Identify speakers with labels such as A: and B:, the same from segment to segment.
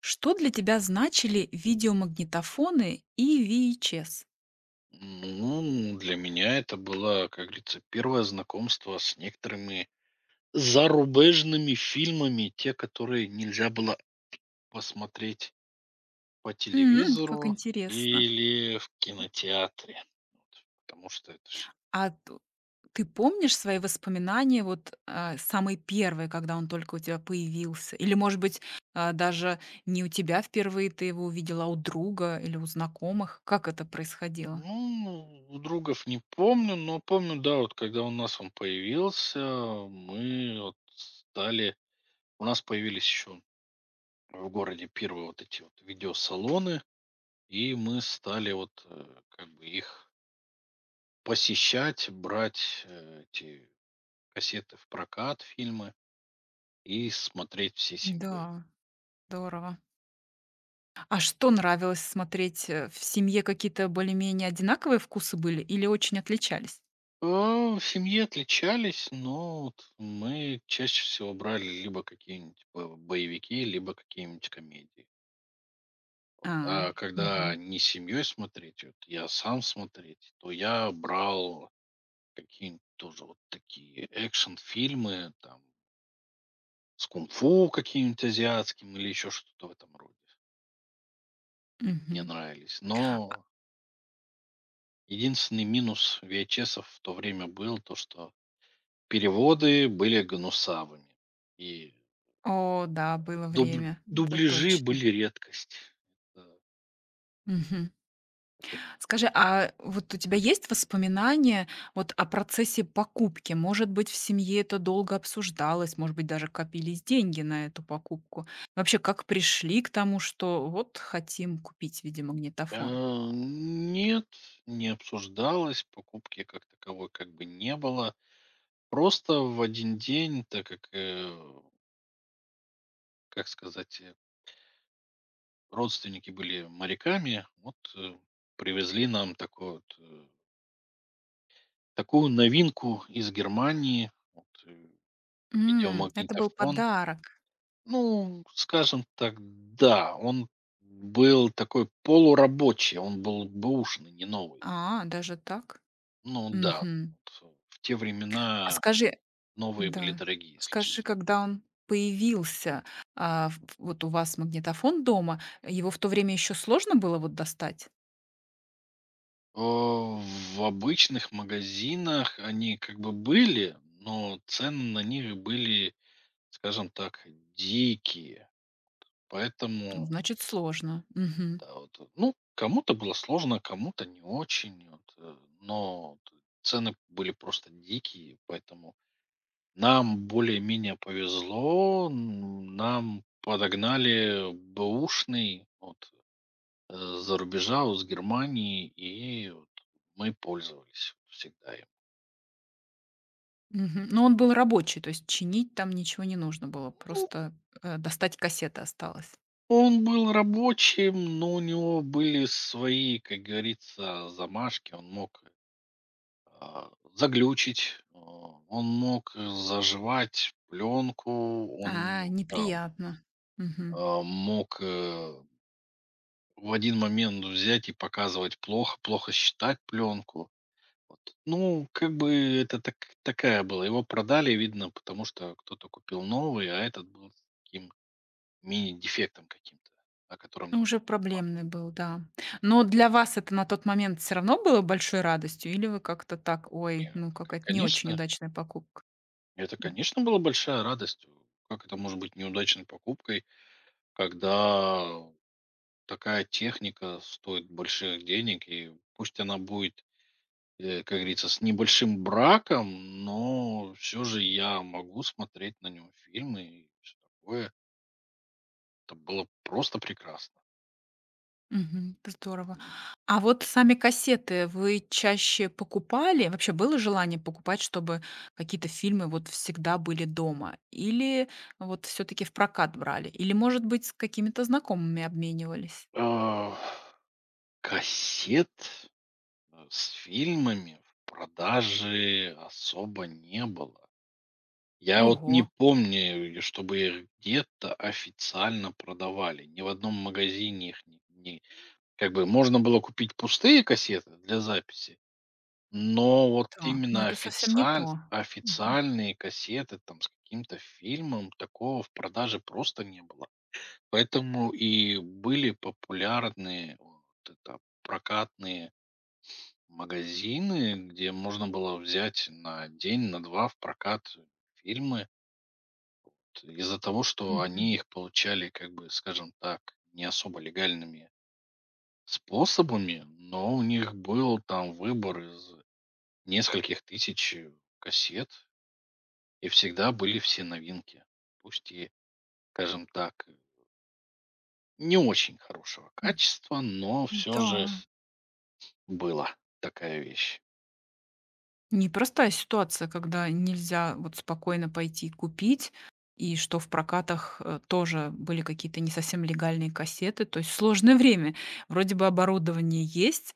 A: Что для тебя значили видеомагнитофоны и VHS?
B: Ну, для меня это было, как говорится, первое знакомство с некоторыми зарубежными фильмами, те, которые нельзя было посмотреть по
A: М, как
B: телевизору
A: интересно.
B: или в кинотеатре. Вот. Потому что это ж-.
A: А т Ты помнишь свои воспоминания, самые первые, когда он только у тебя появился? Или, может быть, даже не у тебя впервые ты его увидела, а у друга или у знакомых? Как это происходило?
B: Ну, у другов не помню, но помню, да, вот когда у нас он появился, мы вот стали. У нас появились еще в городе первые вот эти вот видеосалоны, и мы стали вот как бы их посещать, брать, эти кассеты в прокат, фильмы и смотреть всей семьей.
A: Да, здорово. А что нравилось смотреть, В семье какие-то более-менее одинаковые вкусы были или очень отличались?
B: А, в семье отличались, но вот мы чаще всего брали либо какие-нибудь бо боевики, либо какие-нибудь комедии.
A: А,
B: А
A: мгм,
B: когда не семьей смотреть, вот я сам смотреть, то я брал какие-нибудь тоже вот такие экшн-фильмы, там, с кунг-фу каким-нибудь азиатским или еще что-то в этом роде. Мне
A: мгм.
B: нравились. Но единственный минус "Виэчэсов" в то время был то, что переводы были гнусавыми, и
A: О да, было
B: дуб
A: время, мгм, это
B: дубляжи
A: точно.
B: были редкость. Это
A: Мгм.
B: это минус.
A: Скажи, а вот у тебя есть воспоминания вот о процессе покупки? Может быть, в семье это долго обсуждалось, может быть, даже копились деньги на эту покупку. Вообще, как пришли к тому, что вот хотим купить видеомагнитофон?
B: А, нет, не обсуждалось, покупки как таковой как бы не было. Просто в один день, так как, как сказать, родственники были моряками, вот, привезли нам такую новинку из Германии, вот,
A: М, это был
B: видеомагнитофон.
A: подарок.
B: Ну, скажем так, да, он был такой полурабочий, он был бэушный, не новый.
A: А, даже так?
B: Ну да,
A: Мгм.
B: вот в те
A: А
B: времена
A: скажи
B: новые были
A: Да.
B: дорогие, если
A: Скажи,
B: честно.
A: когда он появился, а, в вот у вас магнитофон дома, его в то время еще сложно было вот достать?
B: О, в обычных магазинах они как бы были, но цены на них были, скажем так, дикие.
A: Ну,
B: Поэтому,
A: значит, сложно. Мгм.
B: да, вот, ну, кому-то было сложно, кому-то не очень. Вот, но т- цены были просто дикие, поэтому нам более-менее повезло. Н нам подогнали бэушный вот, за рубежа, вот с Германии, и вот мы пользовались вот всегда им.
A: Мгм. Но он был рабочий, то есть чинить там ничего не нужно было,
B: Ну,
A: просто, достать кассеты осталось.
B: он был рабочим, но у него были свои, как говорится, замашки. Он мог, заглючить, он мог заживать пленку,
A: А,
B: он там,
A: неприятно. Мгм.
B: мог, в один момент взять и показывать плохо, плохо считать пленку. Вот. Ну, как бы это так, такая была. Его продали, видно, потому что кто-то купил новый, а этот был с таким мини-дефектом каким-то, о котором.
A: Ну, уже проблемный был, да. Но для вас это на тот момент все равно было большой радостью или вы как-то так:
B: Не,
A: "Ой,
B: знает.
A: ну, какая-то не очень
B: Конечно,
A: удачная покупка"?
B: это,
A: Мгм.
B: конечно, была большая радость. Как это может быть неудачной покупкой, когда такая техника стоит больших денег, и пусть она будет как говорится, с небольшим браком, но все же я могу смотреть на нем фильмы и всё такое. Это было просто прекрасно.
A: Мгм. Здорово. А вот сами кассеты вы чаще покупали? Вообще было желание покупать, чтобы какие-то фильмы вот всегда были дома? Или вот все таки в прокат брали? Или, может быть, с какими-то знакомыми обменивались?
B: А, кассет, с фильмами в продаже особо не было. Я вот
A: Ого!
B: не помню, и чтобы их где-то официально продавали. Ни в одном магазине их не как бы можно было купить пустые кассеты для записи. Но вот
A: Так, но
B: именно
A: это совсем не
B: официаль
A: то. Мгм.
B: официальные кассеты там с каким-то фильмом, такого в продаже просто не было. Поэтому и были популярны вот это прокатные магазины, где можно было взять на день, на 2 в прокат фильмы. Т Из-за того, что они
A: Мгм.
B: их получали, как бы, скажем так, не особо легальными способами, но у них был там выбор из нескольких тысяч, кассет. И всегда были все новинки. Пусть и, скажем так, не очень хорошего
A: М.
B: качества, но все
A: Да,
B: же была такая вещь.
A: непростая ситуация, когда нельзя вот спокойно пойти купить, и что в прокатах, тоже были какие-то не совсем легальные кассеты. То есть сложное время. Вроде бы оборудование есть,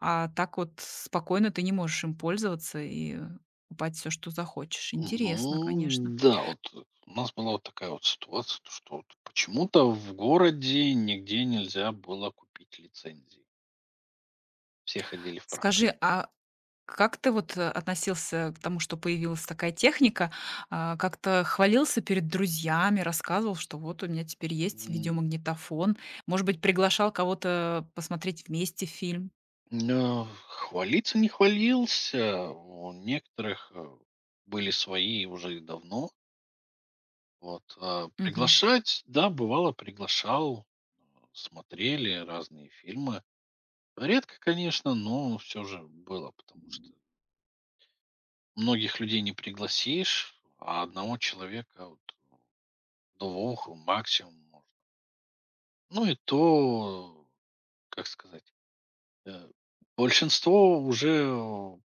A: а так вот спокойно ты не можешь им пользоваться и, покупать всё, что захочешь. Интересно, конечно.
B: Ну, да, вот у нас была вот такая вот ситуация, то что вот почему-то в городе нигде нельзя было купить лицензии. Все ходили в прокат.
A: Скажи, а. Как ты вот, относился к тому, что появилась такая техника? А, как-то хвалился перед друзьями, рассказывал, что вот у меня теперь есть
B: М,
A: видеомагнитофон? Может быть, приглашал кого-то посмотреть вместе фильм?
B: но хвалиться не хвалился. У некоторых были свои уже и давно. Вот,
A: Мгм.
B: приглашать, да, бывало, приглашал, смотрели разные фильмы. Редко, конечно, но все же было, потому что многих людей не пригласишь, а одного человека, вот, двух максимум можно. Ну и то, как сказать, э, большинство уже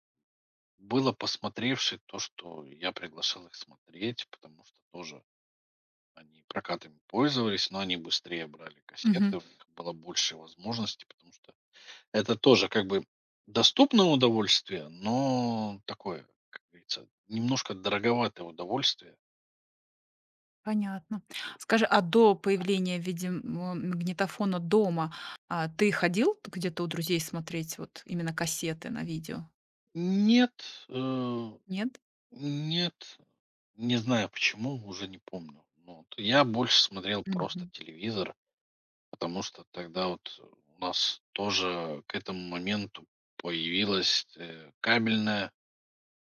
B: было посмотревши то, что я приглашал их смотреть, потому что тоже они прокатами пользовались, но они быстрее брали
A: Мгм.
B: кассеты, у них было больше возможностей, потому что это тоже как бы доступное удовольствие, но такое, как говорится, немножко дороговатое удовольствие.
A: Понятно. Скажи, а до появления видеомагнитофона дома, ты ходил где-то у друзей смотреть вот именно кассеты на видео?
B: Нет,
A: Нет?
B: нет, не знаю почему, уже не помню. Но вот я больше смотрел просто
A: Мгм.
B: телевизор, потому что тогда вот у нас тоже к этому моменту появилась кабельная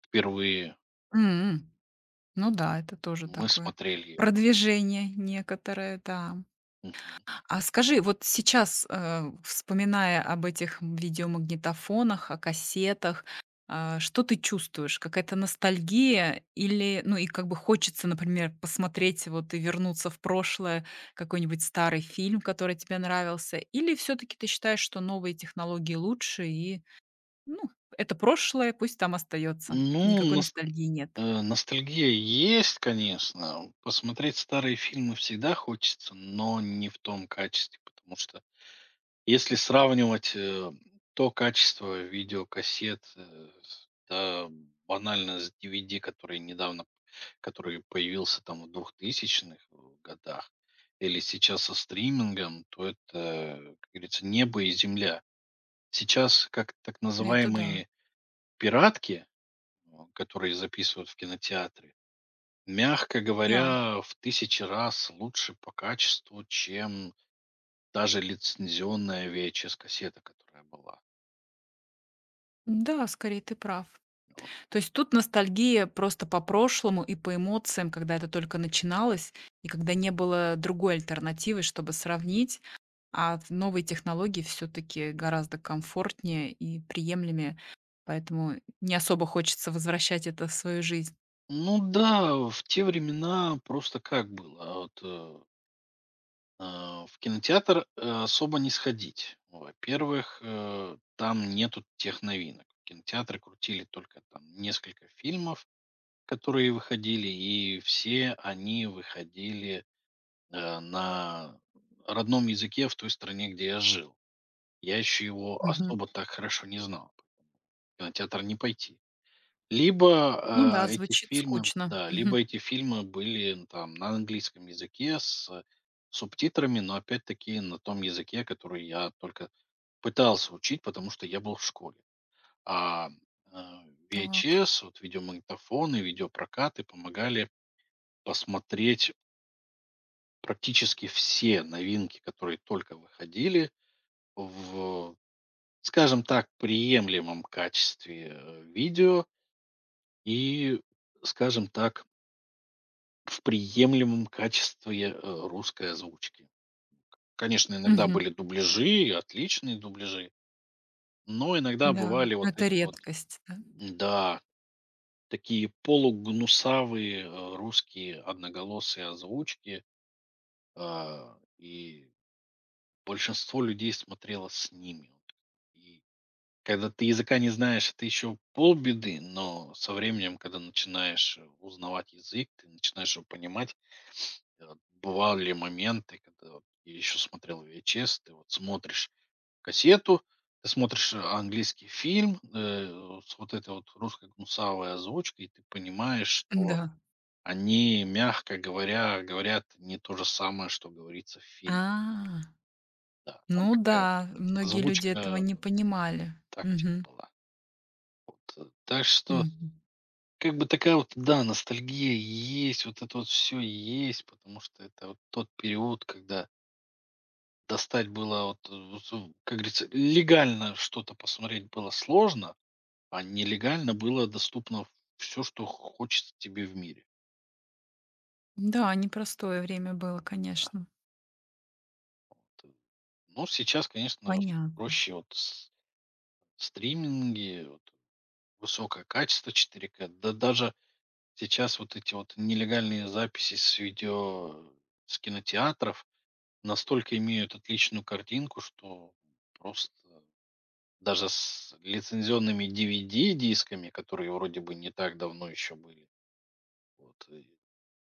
B: впервые.
A: М. Ну да, это тоже
B: Мы
A: такое
B: смотрели его.
A: продвижение некоторое, да.
B: Мгм.
A: А скажи, вот сейчас, вспоминая об этих видеомагнитофонах, о кассетах, что ты чувствуешь? Какая-то ностальгия или, ну, и как бы хочется, например, посмотреть вот и вернуться в прошлое, какой-нибудь старый фильм, который тебе нравился? Или все таки ты считаешь, что новые технологии лучше и, ну, это прошлое, пусть там остается,
B: Ну,
A: никакой ностальгии нет?
B: ностальгия есть, конечно. Посмотреть старые фильмы всегда хочется, но не в том качестве, потому что если сравнивать, то качество видеокассет, э, с да банально с DVD, который появился там в 2000-х годах, или сейчас со стримингом, то это, как говорится, небо и земля. Сейчас как так
A: Это да.
B: называемые пиратки, которые записывают в кинотеатре, мягко
A: Да.
B: говоря, в тысячи раз лучше по качеству, чем даже лицензионная VHS-кассета, которая была.
A: Да, скорее ты прав.
B: Вот.
A: То есть тут ностальгия просто по прошлому и по эмоциям, когда это только начиналось, и когда не было другой альтернативы, чтобы сравнить, а в новые технологии все-таки гораздо комфортнее и приемлемее, поэтому не особо хочется возвращать это в свою жизнь.
B: Ну да, в те времена просто как было. Вот, в кинотеатр особо не сходить. Во-первых, там нету тех новинок. Кинотеатры крутили только там несколько фильмов, которые выходили, и все они выходили на родном языке в той стране, где я жил. Я еще его
A: Мгм.
B: особо так хорошо не знал. В кинотеатр не пойти.
A: Ну
B: Либо
A: да,
B: эти
A: звучит
B: фильмы,
A: скучно.
B: да, либо
A: Мгм.
B: эти фильмы были там на английском языке с субтитрами, но опять-таки на том языке, который я только пытался учить, потому что я был в школе. А
A: Так.
B: VHS, вот видеомагнитофоны, видеопрокаты помогали посмотреть практически все новинки, которые только выходили в, скажем так, приемлемом качестве видео и, скажем так, в приемлемом качестве русской озвучки. Конечно, иногда
A: Мгм.
B: были дубляжи, отличные дубляжи, но иногда
A: Да,
B: бывали вот
A: это
B: эти вот,
A: редкость, да?
B: да, такие полугнусавые русские одноголосые озвучки, и большинство людей смотрело с ними. Вот. И когда ты языка не знаешь, это еще полбеды, но со временем, когда начинаешь узнавать язык, ты начинаешь его понимать. Бывали моменты, когда вот я еще смотрел VHS, ты вот смотришь кассету, ты смотришь английский фильм с вот этой вот русской гнусавой озвучкой, и ты понимаешь, что
A: Да.
B: они, мягко говоря, говорят не то же самое, что говорится в
A: А,
B: фильме. Да, там
A: ну
B: такая
A: да, многие люди этого
B: озвучка
A: не понимали.
B: так типа
A: Мгм.
B: была. Вот, так что
A: Мгм.
B: как бы такая вот, да, ностальгия есть, вот это вот все есть, потому что это вот тот период, когда достать было вот, э, вот су как говорится, легально что-то посмотреть было сложно, а нелегально было доступно все, что хочется тебе в мире.
A: Да, непростое время было,
B: Да,
A: конечно.
B: вот. Но сейчас, конечно,
A: Понятно.
B: проще вот с стриминги, вот высокое качество 4K, да даже сейчас вот эти вот нелегальные записи с видео с кинотеатров, настолько имеют отличную картинку, что просто даже с лицензионными DVD-дисками, которые вроде бы не так давно еще были, вот, и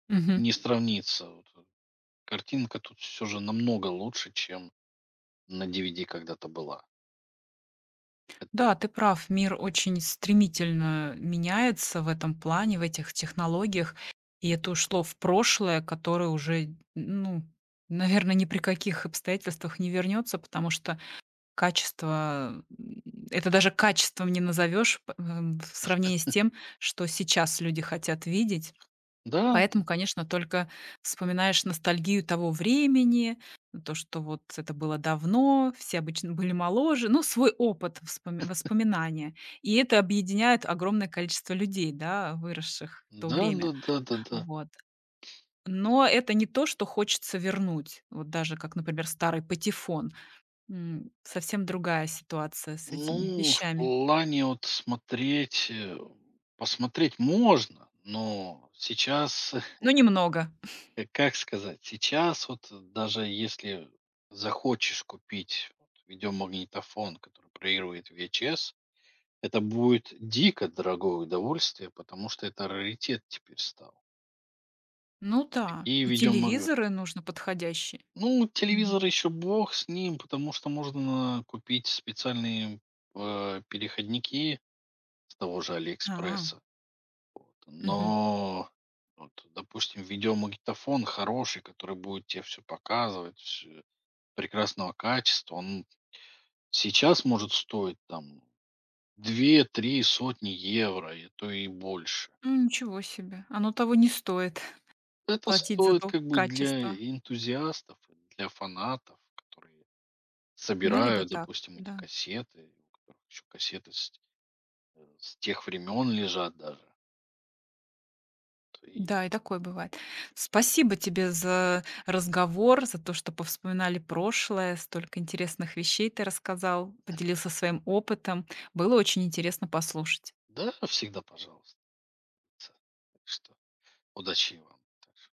A: Мгм.
B: не сравнится. Вот, картинка тут все же намного лучше, чем на DVD когда-то была. Это-
A: Да, ты прав, мир очень стремительно меняется в этом плане, в этих технологиях. И это ушло в прошлое, которое уже, ну, наверное, ни при каких обстоятельствах не вернется, потому что качество, м, это даже качеством не назовешь м, в сравнении с тем, что сейчас люди хотят видеть.
B: Да,
A: Поэтому, конечно, только вспоминаешь ностальгию того времени, то, что вот это было давно, все обычно были моложе, ну, свой опыт, воспоминания. И это объединяет огромное количество людей, да, выросших в то
B: да, да,
A: время.
B: да, да, да.
A: Вот. Но это не то, что хочется вернуть. Вот даже как, например, старый патефон. М, совсем другая ситуация с этими
B: Ну, в
A: вещами.
B: плане вот посмотреть можно, но сейчас.
A: Но немного.
B: Как сказать, сейчас вот даже если захочешь купить вот видеомагнитофон, который проигрывает VHS, это будет дико дорогое удовольствие, потому что это раритет теперь стал.
A: Ну да,
B: Такие
A: и
B: видеомаг
A: телевизоры нужно подходящие.
B: Ну,
A: Мгм.
B: телевизор еще бог с ним, потому что можно купить специальные, переходники с того же
A: А,
B: "Алиэкспресса".
A: мгм.
B: Но вот, допустим, видеомагнитофон хороший, который будет тебе все показывать, всё прекрасного качества, он сейчас может стоить там две-три сотни евро, и то и больше.
A: М, ничего себе. Оно того не стоит
B: Это
A: платить за
B: стоит
A: то
B: как бы для
A: качество.
B: энтузиастов, для фанатов, которые
A: Ну, либо
B: собирают,
A: так,
B: допустим, эти
A: да.
B: кассеты, у которых еще кассеты с тех времен лежат даже. То и
A: Да, и такое бывает. Спасибо тебе за разговор, за то, что повспоминали прошлое, столько интересных вещей ты рассказал, поделился своим опытом. Было очень интересно послушать.
B: Да, всегда пожалуйста. Так что удачи вам также.